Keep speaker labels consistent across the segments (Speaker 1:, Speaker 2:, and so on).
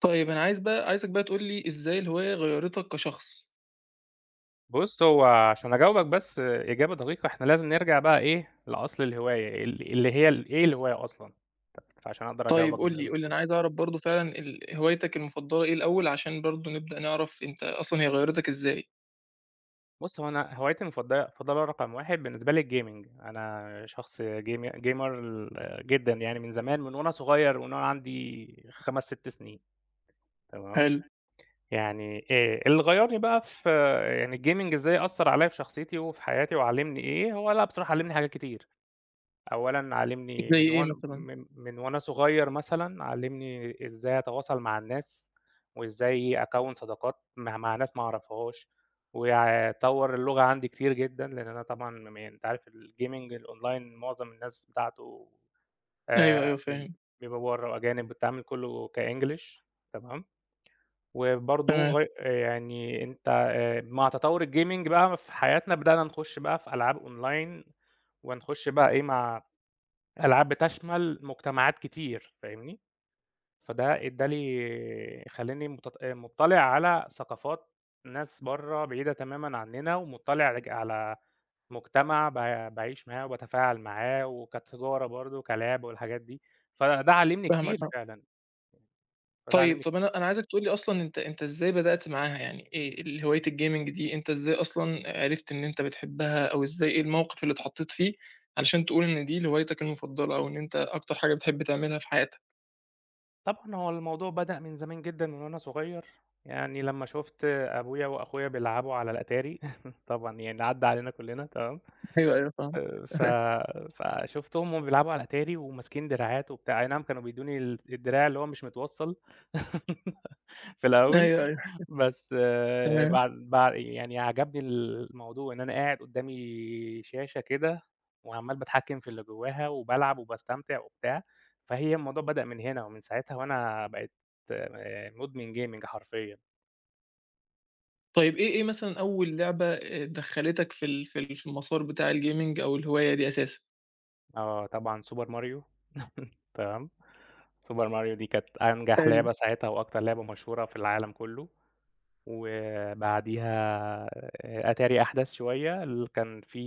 Speaker 1: طيب أنا عايزك بقى تقول لي إزاي الهواية غيّرتك كشخص؟
Speaker 2: بُص، هو عشان أجاوبك بس إجابة دقيقة، إحنا لازم نرجع بقى إيه، لأصل الهواية، اللي هي ال إيه الهواية أصلًا، فعشان أقدر أجاوبك
Speaker 1: طيب
Speaker 2: ب
Speaker 1: قُل لي،
Speaker 2: بسهولة.
Speaker 1: أنا عايز أعرف برضه فعلًا هوايتك المفضلة إيه الأول عشان برضه نبدأ نعرف أنت أصلًا هي غيّرتك إزاي؟
Speaker 2: بُص، هو أنا هوايتي المفضلة رقم 1 بالنسبة لي الgaming، أنا شخص gamer جدًا يعني من زمان، من وأنا صغير، من وأنا عندي 5، 6 سنين، تمام؟
Speaker 1: حلو،
Speaker 2: يعني اللي غيّرني بقى في يعني الgaming إزاي أثّر عليّا في شخصيتي وفي حياتي وعلّمني إيه، هو لأ بصراحة علّمني حاجات كتير. أولًا علّمني
Speaker 1: زي
Speaker 2: من
Speaker 1: إيه
Speaker 2: وأنا
Speaker 1: مثلًا؟
Speaker 2: من من وأنا صغير مثلًا، علّمني إزاي أتواصل مع الناس، وإزاي أكوّن صداقات مع ناس ما أعرفهاش، طوّر اللغة عندي كتير جدًا، لإن أنا طبعًا يعني أنت عارف الgaming الأونلاين معظم الناس بتاعته
Speaker 1: أيوه،
Speaker 2: آآ
Speaker 1: أيوه
Speaker 2: بيب
Speaker 1: فاهم،
Speaker 2: بيبقى برّه أجانب، والتعامل كلّه كEnglish تمام، وبرضه
Speaker 1: تمام،
Speaker 2: يعني أنت مع تطوّر الgaming بقى في حياتنا بدأنا نخش بقى في ألعاب أونلاين، ونخش بقى إيه مع ألعاب بتشمل مجتمعات كتير فاهمني، فده ادّى لي خلّاني مُطّلع على ثقافات ناس برّه بعيدة تمامًا عننا، ومُطّلع على مجتمع باعيش معاه وباتفاعل معاه، وكتجارة برضه، كلعب والحاجات دي، فده علّمني
Speaker 1: فاهمك
Speaker 2: كتير
Speaker 1: آه.
Speaker 2: فعلًا، فده
Speaker 1: طيب،
Speaker 2: علّمني
Speaker 1: طَب
Speaker 2: كتير.
Speaker 1: أنا عايزك تقول لي أصلًا أنت إزاي بدأت معاها؟ يعني إيه هواية الgaming دي أنت إزاي أصلًا عرفت إن أنت بتحبها أو إزاي إيه الموقف اللي اتحطيت فيه علشان تقول إن دي هوايتك المفضلة أو إن أنت أكتر حاجة بتحب تعملها في حياتك؟
Speaker 2: طبعًا هو الموضوع بدأ من زمان جدًا من وأنا صغير، يعني لمّا شُفت أبويا وأخويا بيلعبوا على الأتاري طبعًا يعني عدّى علينا كلّنا تمام.
Speaker 1: أيوه، أيوه فاهمك.
Speaker 2: ف فشُفتهم وهُم بيلعبوا على أتاري وماسكين دراعات وبتاع، أي نعم كانوا بيدّوني الدراع اللي هو مش متوصّل في الأول،
Speaker 1: أيوه، أيوه،
Speaker 2: بس
Speaker 1: تمام.
Speaker 2: بعد بع يعني عجبني الموضوع إن أنا قاعد قدّامي شاشة كده وعمّال باتحكّم في اللي جوّاها وبالعب وباستمتع وبتاع، فهي الموضوع بدأ من هنا ومن ساعتها وأنا بقيت مُدمن gaming حرفيًا.
Speaker 1: طيب إيه مثلًا أول لعبة دخّلتك في المسار بتاع الgaming أو الهواية دي أساسًا؟
Speaker 2: آه طبعًا Super Mario. تمام. سوبر ماريو دي كانت أنجح
Speaker 1: حلو،
Speaker 2: لعبة ساعتها وأكتر لعبة مشهورة في العالم كله، وبعديها أتاري أحدث شوية كان في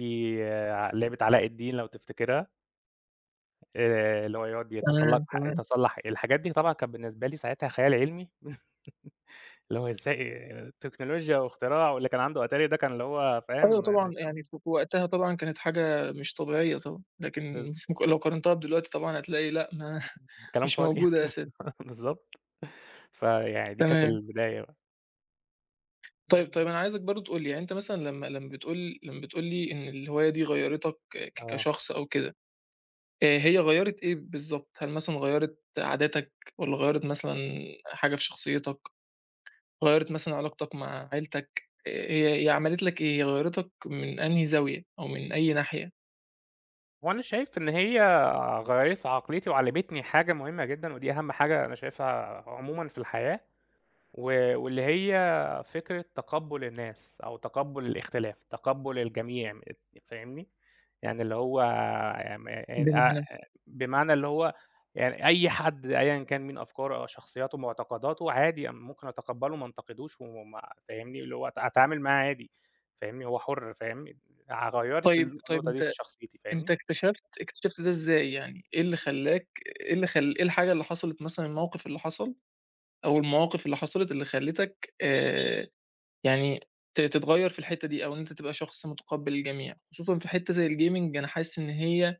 Speaker 2: آه، ع لعبة علاء الدين لو تفتكرها، اللي هو يقعد يتسلق
Speaker 1: تمام، تمام.
Speaker 2: يتسلق الحاجات دي طبعًا كانت بالنسبة لي ساعتها خيال علمي، اللي هو إزاي تكنولوجيا واختراع واللي كان عنده أتاري ده كان اللي هو
Speaker 1: أيوه
Speaker 2: فاهم
Speaker 1: طبعًا،
Speaker 2: مش
Speaker 1: يعني في وقتها طبعًا كانت حاجة مش طبيعية طبعًا،
Speaker 2: ب
Speaker 1: لكن مش مك لو قارنتها بدلوقتي طبعًا هتلاقي لأ، ما
Speaker 2: كلام
Speaker 1: مش
Speaker 2: فاضي
Speaker 1: موجودة أساسًا،
Speaker 2: بالضبط. فيعني دي كانت
Speaker 1: تمام.
Speaker 2: البداية بقى.
Speaker 1: طيب،
Speaker 2: إمم،
Speaker 1: طيب أنا عايزك برضه تقول لي، يعني أنت مثلًا لمّا بتقول لي إن الهواية دي غيّرتك آه، ك
Speaker 2: آه.
Speaker 1: كشخص أو كده، هي غيّرت إيه بالضبط؟ هل مثلًا غيّرت عاداتك والّا غيّرت مثلًا حاجة في شخصيتك؟ غيّرت مثلًا علاقتك مع عيلتك، هي عملت لك إيه، هي غيّرتك من أنهي زاوية أو من أي ناحية؟
Speaker 2: وأنا شايف إن هي غيّرت عقليتي وعلّمتني حاجة مهمة جدًا، ودي أهم حاجة أنا شايفها عمومًا في الحياة، واللي هي فكرة تقبُّل الناس أو تقبُّل الاختلاف، تقبُّل الجميع فاهمني؟ يعني اللي هو م
Speaker 1: بمعنى
Speaker 2: بمعنى اللي هو يعني أي حد أيًا كان مين أفكاره أو شخصياته معتقداته عادي أنا ممكن أتقبّله ما أنتقدوش فاهمني؟ اللي هو أتعامل معاه عادي، فاهمني؟ هو حُر فاهمني؟ غيّرت
Speaker 1: طيب
Speaker 2: النقطة دي في
Speaker 1: أنت
Speaker 2: شخصيتي
Speaker 1: أنت
Speaker 2: فاهمني؟
Speaker 1: اكتشفت ده إزاي يعني، إيه الحاجة اللي حصلت مثلًا، الموقف اللي حصل أو المواقف اللي حصلت اللي خلّتك يعني تتغيّر في الحتّة دي أو إن أنت تبقى شخص متقبّل الجميع، خصوصًا في حتّة زي الgaming أنا حاسس إن هي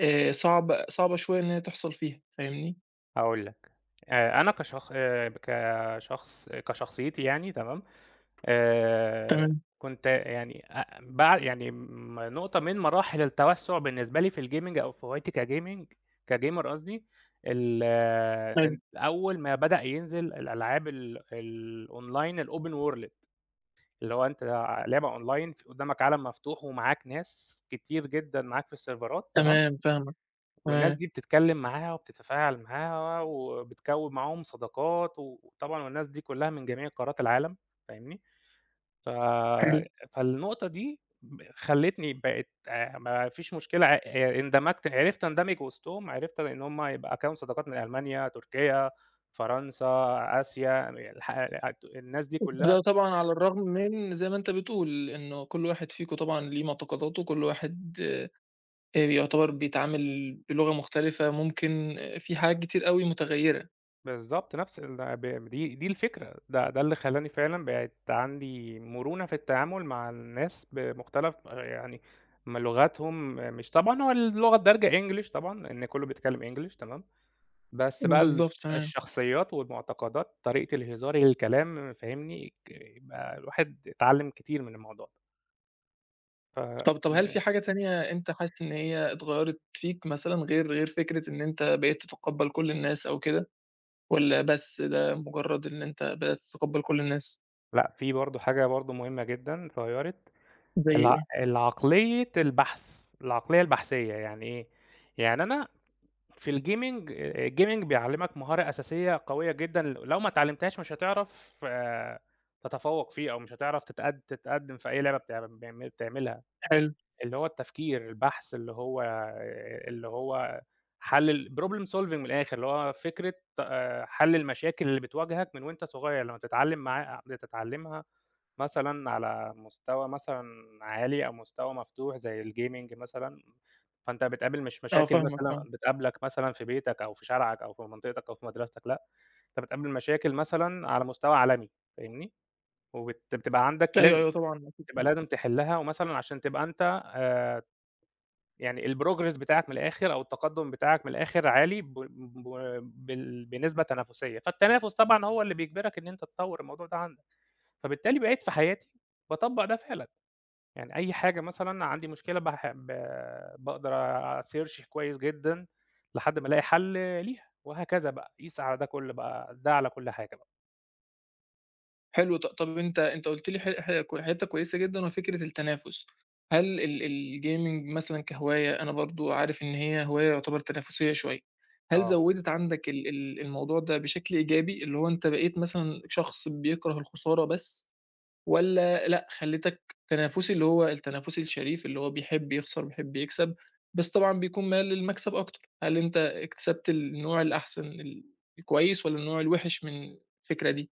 Speaker 1: صعبة شوية إن هي تحصل فيها، فاهمني؟
Speaker 2: هاقول لك. أنا كشخصيتي يعني تمام، آآ
Speaker 1: تمام،
Speaker 2: كنت يعني أ بع يعني نقطة من مراحل التوسُّع بالنسبة لي في الgaming أو في هوايتي كgamer قصدي، ال آه،
Speaker 1: حلو،
Speaker 2: إن أول ما بدأ ينزل الألعاب الأونلاين الopen world اللي هو أنت لعبة أونلاين، في قدّامك عالم مفتوح ومعاك ناس كتير جدًا معاك في السيرفرات تمام.
Speaker 1: تمام فاهمك،
Speaker 2: والناس
Speaker 1: تمام،
Speaker 2: دي بتتكلّم معاها وبتتفاعل معاها وبتكوّن معاهم صداقات، وطبعًا والناس دي كلّها من جميع قارات العالم فاهمني، ف
Speaker 1: حلو
Speaker 2: فالنقطة دي خلّتني بقيت ما فيش مشكلة اندمجت عرفت أندمج وسطهم، عرفت إن هم يبقى أكوّن صداقات من ألمانيا، تركيا، فرنسا، آسيا، الناس دي كلّها
Speaker 1: ده طبعًا على الرغم من زي ما أنت بتقول، إنه كل واحد فيكم طبعًا ليه معتقداته، كل واحد يُعتبر بيتعامل بلغة مختلفة، ممكن في حاجات كتير أوي متغيّرة.
Speaker 2: بالضبط، نفس ال آه، ب دي الفكرة، ده اللي خلّاني فعلًا بقت عندي مرونة في التعامل مع الناس بمختلف يعني لغاتهم مش طبعًا هو اللغة الدارجة English طبعًا، لإن كُلّه بيتكلّم English تمام، بس بقى
Speaker 1: بالضبط، تمام.
Speaker 2: الشخصيات والمعتقدات، طريقة الهزار، الكلام فاهمني، يبقى الواحد اتعلّم كتير من الموضوع ده. ف
Speaker 1: طب هل في
Speaker 2: ن
Speaker 1: حاجة تانية أنت حاسس إن هي اتغيّرت فيك مثلًا غير فكرة إن أنت بقيت تتقبّل كل الناس أو كده، والّا بس ده مجرّد إن أنت بدأت تتقبّل كل الناس؟
Speaker 2: لأ، في برضه حاجة برضه مهمة جدًا اتغيّرت،
Speaker 1: زي إيه؟
Speaker 2: العقلية العقلية البحثية يعني إيه؟ يعني أنا في الجيمنج بيعلمك مهارة أساسية قوية جدًا، لو ما اتعلمتهاش مش هتعرف تتفوق فيه أو مش هتعرف تتقدم في أي لعبة بتعملها.
Speaker 1: حلو.
Speaker 2: اللي هو التفكير، البحث، اللي هو حل ال problem solving من الآخر، اللي هو فكرة حل المشاكل اللي بتواجهك من وأنت صغير، لمّا تتعلم معاه تتعلمها مثلًا على مستوى مثلًا عالي أو مستوى مفتوح زي الgaming مثلًا، فأنت بتقابل مش
Speaker 1: آه
Speaker 2: مشاكل
Speaker 1: فاهمك،
Speaker 2: مثلًا
Speaker 1: آه.
Speaker 2: بتقابلك مثلًا في بيتك أو في شارعك أو في منطقتك أو في مدرستك، لأ، أنت بتقابل مشاكل مثلًا على مستوى عالمي، فاهمني؟ وبت بتبقى عندك
Speaker 1: أيوه،
Speaker 2: لاز
Speaker 1: أيوه طبعًا
Speaker 2: بتبقى
Speaker 1: أكيد.
Speaker 2: لازم تحلها، ومثلًا عشان تبقى أنت يعني الprogress بتاعك من الآخر أو التقدُّم بتاعك من الآخر عالي ب ب بال بنسبة تنافسية، فالتنافس طبعًا هو اللي بيجبرك إن أنت تطوّر الموضوع ده عندك، فبالتالي بقيت في حياتي باطبّق ده فعلًا، يعني أي حاجة مثلًا عندي مشكلة باح ب باقدر أsearch كويس جدًا لحد ما ألاقي حل ليها، وهكذا بقى، قيس على ده كُلّه بقى ده على كل حاجة بقى،
Speaker 1: حلو طب أنت قُلت لي ح ح حتّة كويسة جدًا وهي فكرة التنافس، هل الgaming مثلًا كهواية أنا برضه عارف إن هي هواية يعتبر تنافسية شوية، هل
Speaker 2: آه.
Speaker 1: زوّدت عندك ال ال الموضوع ده بشكل إيجابي، اللي هو أنت بقيت مثلًا شخص بيكره الخسارة بس والّا لأ خلّتك تنافسي اللي هو التنافسي الشريف اللي هو بيحب يخسر وبيحب يكسب، بس طبعًا بيكون مايل للمكسب أكتر، هل أنت اكتسبت النوع الأحسن الكويس والّا النوع الوِحِش من الفكرة دي؟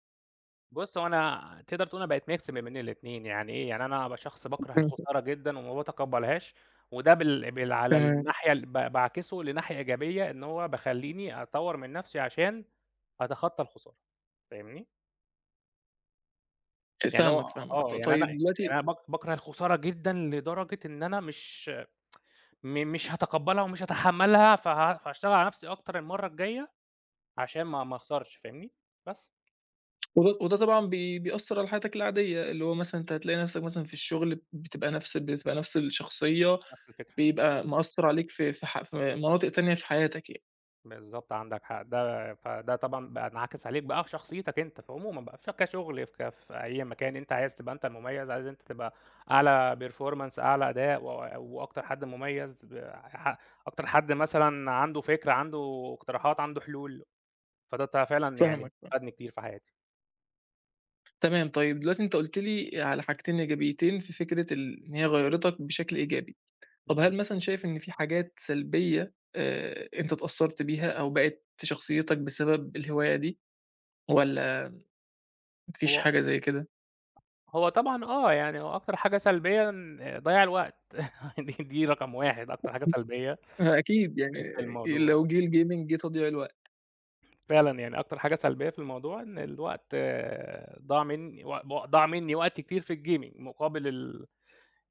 Speaker 2: بُص، هو أنا تقدر تقول أنا بقيت mix ما بين الاتنين، يعني إيه، يعني أنا ابقى شخص باكره الخسارة جدًا وما باتقبّلهاش، وده بال بال على
Speaker 1: تمام.
Speaker 2: الناحية ال ب باعكسه لناحية إيجابية، إن هو بيخلّيني أطوّر من نَفْسي عشان أتخطى الخسارة، فاهمني؟ يعني اللي هو
Speaker 1: فاهمك، فاهمك. ط
Speaker 2: يعني أنا
Speaker 1: طيب
Speaker 2: يعني
Speaker 1: دلوقتي
Speaker 2: أنا باكره الخسارة جدًا لدرجة إن أنا مش هاتقبّلها ومش هاتحمّلها، هاشتغل على نَفْسي أكتر المَرّة الجاية عشان ما أخسرش، فاهمني؟ بس،
Speaker 1: وده طبعًا بيأثّر على حياتك العادية، اللي هو مثلًا أنت هتلاقي نَفْسك مثلًا في الشغل بتبقى نَفْس الشخصية،
Speaker 2: نَفْس الفكرة.
Speaker 1: بيبقى مأثّر عليك في مناطق تانية في حياتك يعني.
Speaker 2: بالضبط عندك حق، ده طبعًا بقى انعكس عليك بقى في شخصيتك أنت عمومًا بقى في كشغل في في أي مكان أنت عايز تبقى أنت المميز، عايز أنت تبقى أعلى performance أعلى أداء وأكتر حد مميز ب ح أكتر حد مثلًا عنده فكرة، عنده اقتراحات، عنده حلول، فده ت فعلًا يعني
Speaker 1: فاهمك، فاهمك.
Speaker 2: فادني كتير في حياتي.
Speaker 1: تمام، طيب دلوقتي أنت قُلت لي على حاجتين إيجابيتين في فكرة ال إن هي غيّرتك بشكل إيجابي. طَب
Speaker 2: اهم.
Speaker 1: هل مثلًا شايف إن في حاجات سلبية أنت اتأثّرت بيها أو بقت شخصيتك بسبب الهواية دي والّا ما فيش
Speaker 2: هو
Speaker 1: حاجة زي كده؟
Speaker 2: طبعًا يعني هو أكتر حاجة سلبيًا ضياع الوقت دي رقم 1 أكتر حاجة سلبية
Speaker 1: آه، أكيد يعني
Speaker 2: في الموضوع.
Speaker 1: لو جه الgaming جه تضييع الوقت،
Speaker 2: فعلًا، يعني أكتر حاجة سلبية في الموضوع إن الوقت ضاع منّي و ضاع منّي وقت كتير في الgaming مقابل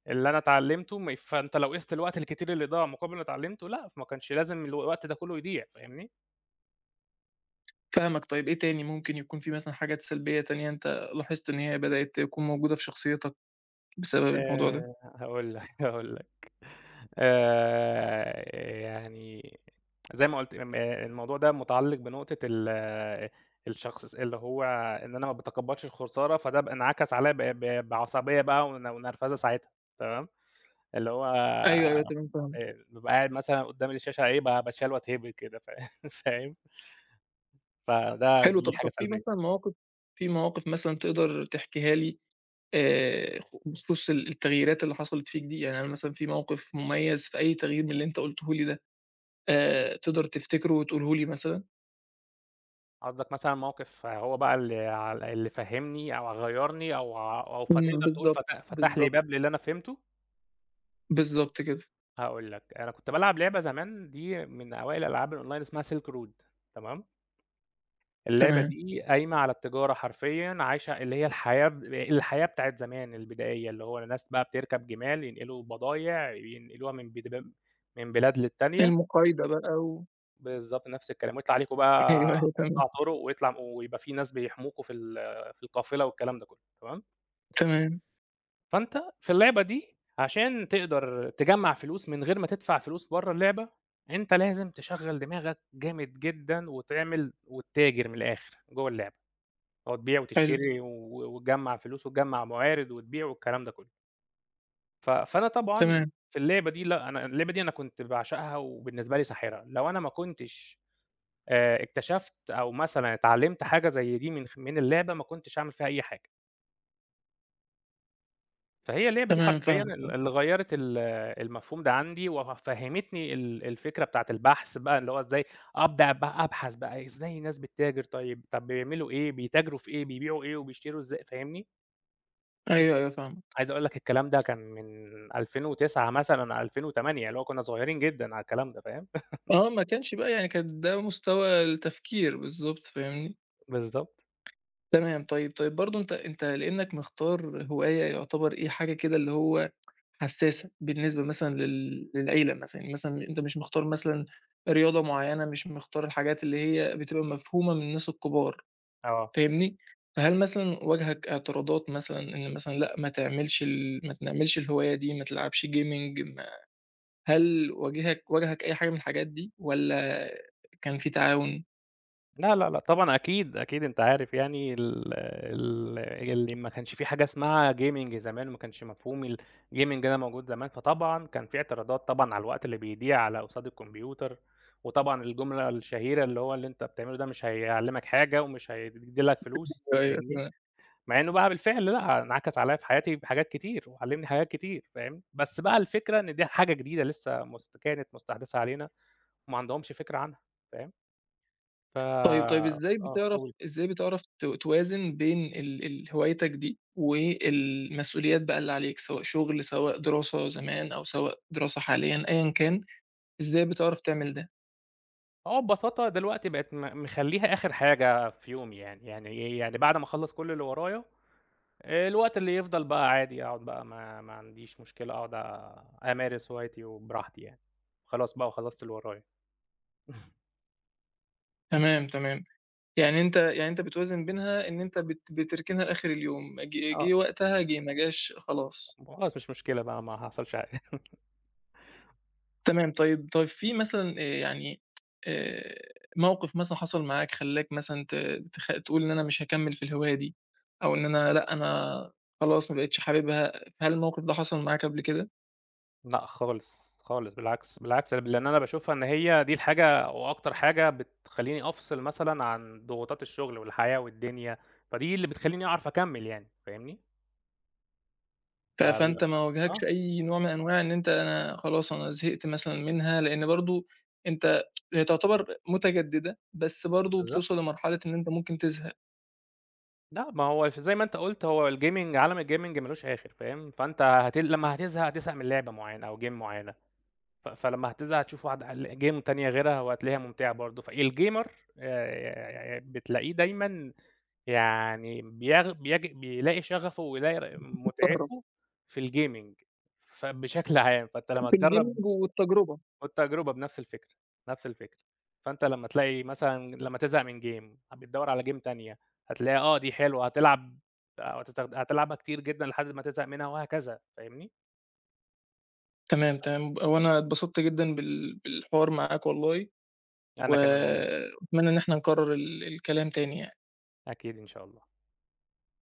Speaker 2: اللي أنا اتعلّمته فأنت لو قِست الوقت الكتير اللي ضاع مقابل اللي اتعلّمته لأ، ما كانش لازم الوقت ده كلّه يضيع، فاهمني؟
Speaker 1: فاهمك طيب إيه تاني ممكن يكون في مثلًا حاجات سلبية تانية أنت لاحظت إن هي بدأت تكون موجودة في شخصيتك بسبب الموضوع ده؟
Speaker 2: هاقول لك، هاقول لك. آآ يعني زي ما قُلت الموضوع ده متعلّق بنقطة الشخص اللي هو إن أنا ما باتقبّلش الخسارة، فده انعكس عليّا ب ب بعصبية بقى ونرفزة ساعتها، تمام؟ اللي هو
Speaker 1: أيوه، أيوه تمام فاهمك،
Speaker 2: بابقى قاعد مثلًا قدّام الشاشة إيه، باتشال وأتهبد كده فاهم؟
Speaker 1: حلو
Speaker 2: دي
Speaker 1: طب
Speaker 2: حاجة
Speaker 1: طب
Speaker 2: سلبية.
Speaker 1: في مواقف مثلًا تقدر تحكيها لي آآ، بخصوص التغييرات اللي حصلت فيك دي، يعني أنا مثلًا في موقف مميز في أي تغيير من اللي أنت قُلته لي ده تقدر تفتكره وتقوله لي مثلًا؟
Speaker 2: قصدك مثلًا موقف هو بقى اللي فهّمني أو غيّرني أو فتقدر تقول
Speaker 1: بالضبط،
Speaker 2: فتح لي
Speaker 1: بالضبط،
Speaker 2: باب للي أنا فهمته؟
Speaker 1: بالضبط كده،
Speaker 2: هاقول لك، أنا كنت بالعب لعبة زمان دي من أوائل ألعاب الأونلاين اسمها Silk Road تمام؟ اللعبة
Speaker 1: تمام،
Speaker 2: دي قايمة على التجارة حرفيًا، عايشة اللي هي الحياة الحياة بتاعة زمان البدائية، اللي هو الناس بقى بتركب جمال، ينقلوا بضايع، ينقلوها من بلاد للتانية،
Speaker 1: المقايضة بقى
Speaker 2: بالضبط نفس الكلام، ويطلع عليكم بقى
Speaker 1: أيوه، أيوه تمام.
Speaker 2: قطاع طرق ويطلع ويبقى في ناس بيحموكم في في القافلة والكلام ده كله، تمام،
Speaker 1: تمام،
Speaker 2: فأنت في اللعبة دي عشان تقدر تجمّع فلوس من غير ما تدفع فلوس برّه اللعبة، أنت لازم تشغّل دماغك جامد جدًا وتعمل وتتاجر من الآخر جوه اللعبة. آه، تبيع
Speaker 1: حلو،
Speaker 2: وتشتري وتجمّع فلوس وتجمّع موارد وتبيع والكلام ده كلّه. فأنا طبعًا
Speaker 1: تمام،
Speaker 2: في اللعبة دي لأ، أنا اللعبة دي أنا كنت باعشقها وبالنسبة لي ساحرة، لو أنا ما كنتش اكتشفت أو مثلًا اتعلمت حاجة زي دي من اللعبة ما كنتش هاعمل فيها أي حاجة. فهي اللعبة دي
Speaker 1: تمام
Speaker 2: حرفيًا
Speaker 1: فاهمك،
Speaker 2: اللي غيّرت المفهوم ده عندي وفهّمتني الفكرة بتاعة البحث بقى اللي هو إزاي أبدأ بقى أبحث بقى إزاي الناس بتتاجر طيب، طب بيعملوا إيه، بيتاجروا في إيه، بيبيعوا إيه وبيشتروا إزاي، فاهمني؟
Speaker 1: أيوه، أيوه فاهمك.
Speaker 2: عايز أقول لك الكلام ده كان من 2009 مثلًا، 2008 اللي هو كنا صغيرين جدًا على الكلام ده فاهم؟
Speaker 1: آه، ما كانش بقى يعني كان ده مستوى التفكير بالضبط، فاهمني؟
Speaker 2: بالضبط،
Speaker 1: تمام، طيب، برضه أنت لإنك مختار هواية يعتبر إيه، حاجة كده اللي هو حسّاسة بالنسبة مثلًا لل للعيلة مثلًا، يعني مثلًا أنت مش مختار مثلًا رياضة معيّنة، مش مختار الحاجات اللي هي بتبقى مفهومة من الناس الكبار،
Speaker 2: آه.
Speaker 1: فاهمني؟ فهل مثلًا واجهك اعتراضات مثلًا إن مثلًا لأ، ما تعملش الهواية دي، ما تلعبش gaming ما هل واجهك أي حاجة من الحاجات دي والّا كان في تعاون؟
Speaker 2: لا، لا، لا طبعًا أكيد، أكيد أنت عارف يعني ال ال اللي ما كانش في حاجة اسمها gaming زمان وما كانش مفهوم الgaming ده موجود زمان، فطبعًا كان في اعتراضات طبعًا على الوقت اللي بيضيع على قصاد الكمبيوتر، وطبعًا الجملة الشهيرة اللي هو اللي أنت بتعمله ده مش هيعلّمك حاجة ومش هيدّي لك فلوس،
Speaker 1: أيوه
Speaker 2: فاهمني؟
Speaker 1: تمام.
Speaker 2: مع إنه بقى بالفعل لأ، انعكس عليّا في حياتي بحاجات كتير، وعلّمني حاجات كتير فاهم، بس بقى الفكرة إن دي حاجة جديدة لسه كانت مستحدثة علينا، وما عندهمش فكرة عنها فاهم،
Speaker 1: طيب، إزاي
Speaker 2: آه
Speaker 1: بتعرف
Speaker 2: قُل.
Speaker 1: إزاي بتعرف توازن بين ال ال هوايتك دي والمسؤوليات بقى اللي عليك، سواء شغل، سواء دراسة زمان أو سواء دراسة حاليًا أيًا كان، إزاي بتعرف تعمل ده؟
Speaker 2: آه ببساطة دلوقتي بقت مخلّيها آخر حاجة في يومي يعني، يعني إيه، يعني بعد ما أخلّص كل اللي ورايا الوقت اللي يفضل بقى عادي أقعد بقى ما عنديش مشكلة أقعد أمارس هوايتي وبراحتي يعني، خلاص بقى وخلّصت اللي ورايا.
Speaker 1: تمام، تمام. يعني أنت بتوازن بينها إن أنت بتركنها لآخر اليوم، جه
Speaker 2: آه،
Speaker 1: جه وقتها، جه ما جاش خلاص.
Speaker 2: خلاص مش مشكلة بقى ما حصلش
Speaker 1: تمام، طيب في مثلًا يعني آآ موقِف مثلًا حصل معاك خلّاك مثلًا ت تخ تقول إن أنا مش هاكمّل في الهواية دي، أو إن أنا لأ، أنا خلاص ما بقيتش حاببها، هل الموقِف ده حصل معاك قبل كده؟
Speaker 2: لأ خالص، خالص بالعكس، بالعكس لإن أنا باشوفها إن هي دي الحاجة وأكتر حاجة بتخلّيني أفصل مثلًا عن ضغوطات الشغل والحياة والدنيا، فدي اللي بتخلّيني أعرف أكمّل يعني فاهمني؟ ف
Speaker 1: فأنت ما
Speaker 2: آه
Speaker 1: واجهكش أي نوع من أنواع إن أنا خلاص أنا زهقت مثلًا منها، لإن برضه أنت هي تعتبر متجددة، بس برضه
Speaker 2: بالضبط،
Speaker 1: بتوصل لمرحلة إن أنت ممكن تزهق،
Speaker 2: لأ ما هو زي ما أنت قُلت هو الgaming عالم الgaming ما لوش آخر فاهم؟ فأنت لمّا هتزهق هتزهق من لعبة معيّنة أو game معيّنة. فلمّا هتزهق هتشوف ال game تانية غيرها وهتلاقيها ممتعة برضه، فالgamer بتلاقيه دايمًا يعني بيغ بيج بيلاقي شغفه ويلاقي
Speaker 1: جرّب
Speaker 2: متعته في الgaming فبشكل عام، فأنت لمّا تجرّب
Speaker 1: بالgaming والتجربة.
Speaker 2: والتجربة بنفس الفكرة، نفس الفكرة، فأنت لمّا تلاقي مثلًا لمّا تزهق من game بتدوّر على game تانية، هتلاقيها آه دي حلوة هتلعب هتلعبها كتير جدًا لحد ما تزهق منها وهكذا، فاهمني؟
Speaker 1: تمام، تمام، وأنا اتبسطت جدًا بالحوار معاك والله. و
Speaker 2: أنا كمان والله،
Speaker 1: وأتمنى إن إحنا نكرر الكلام تاني يعني.
Speaker 2: أكيد إن شاء الله.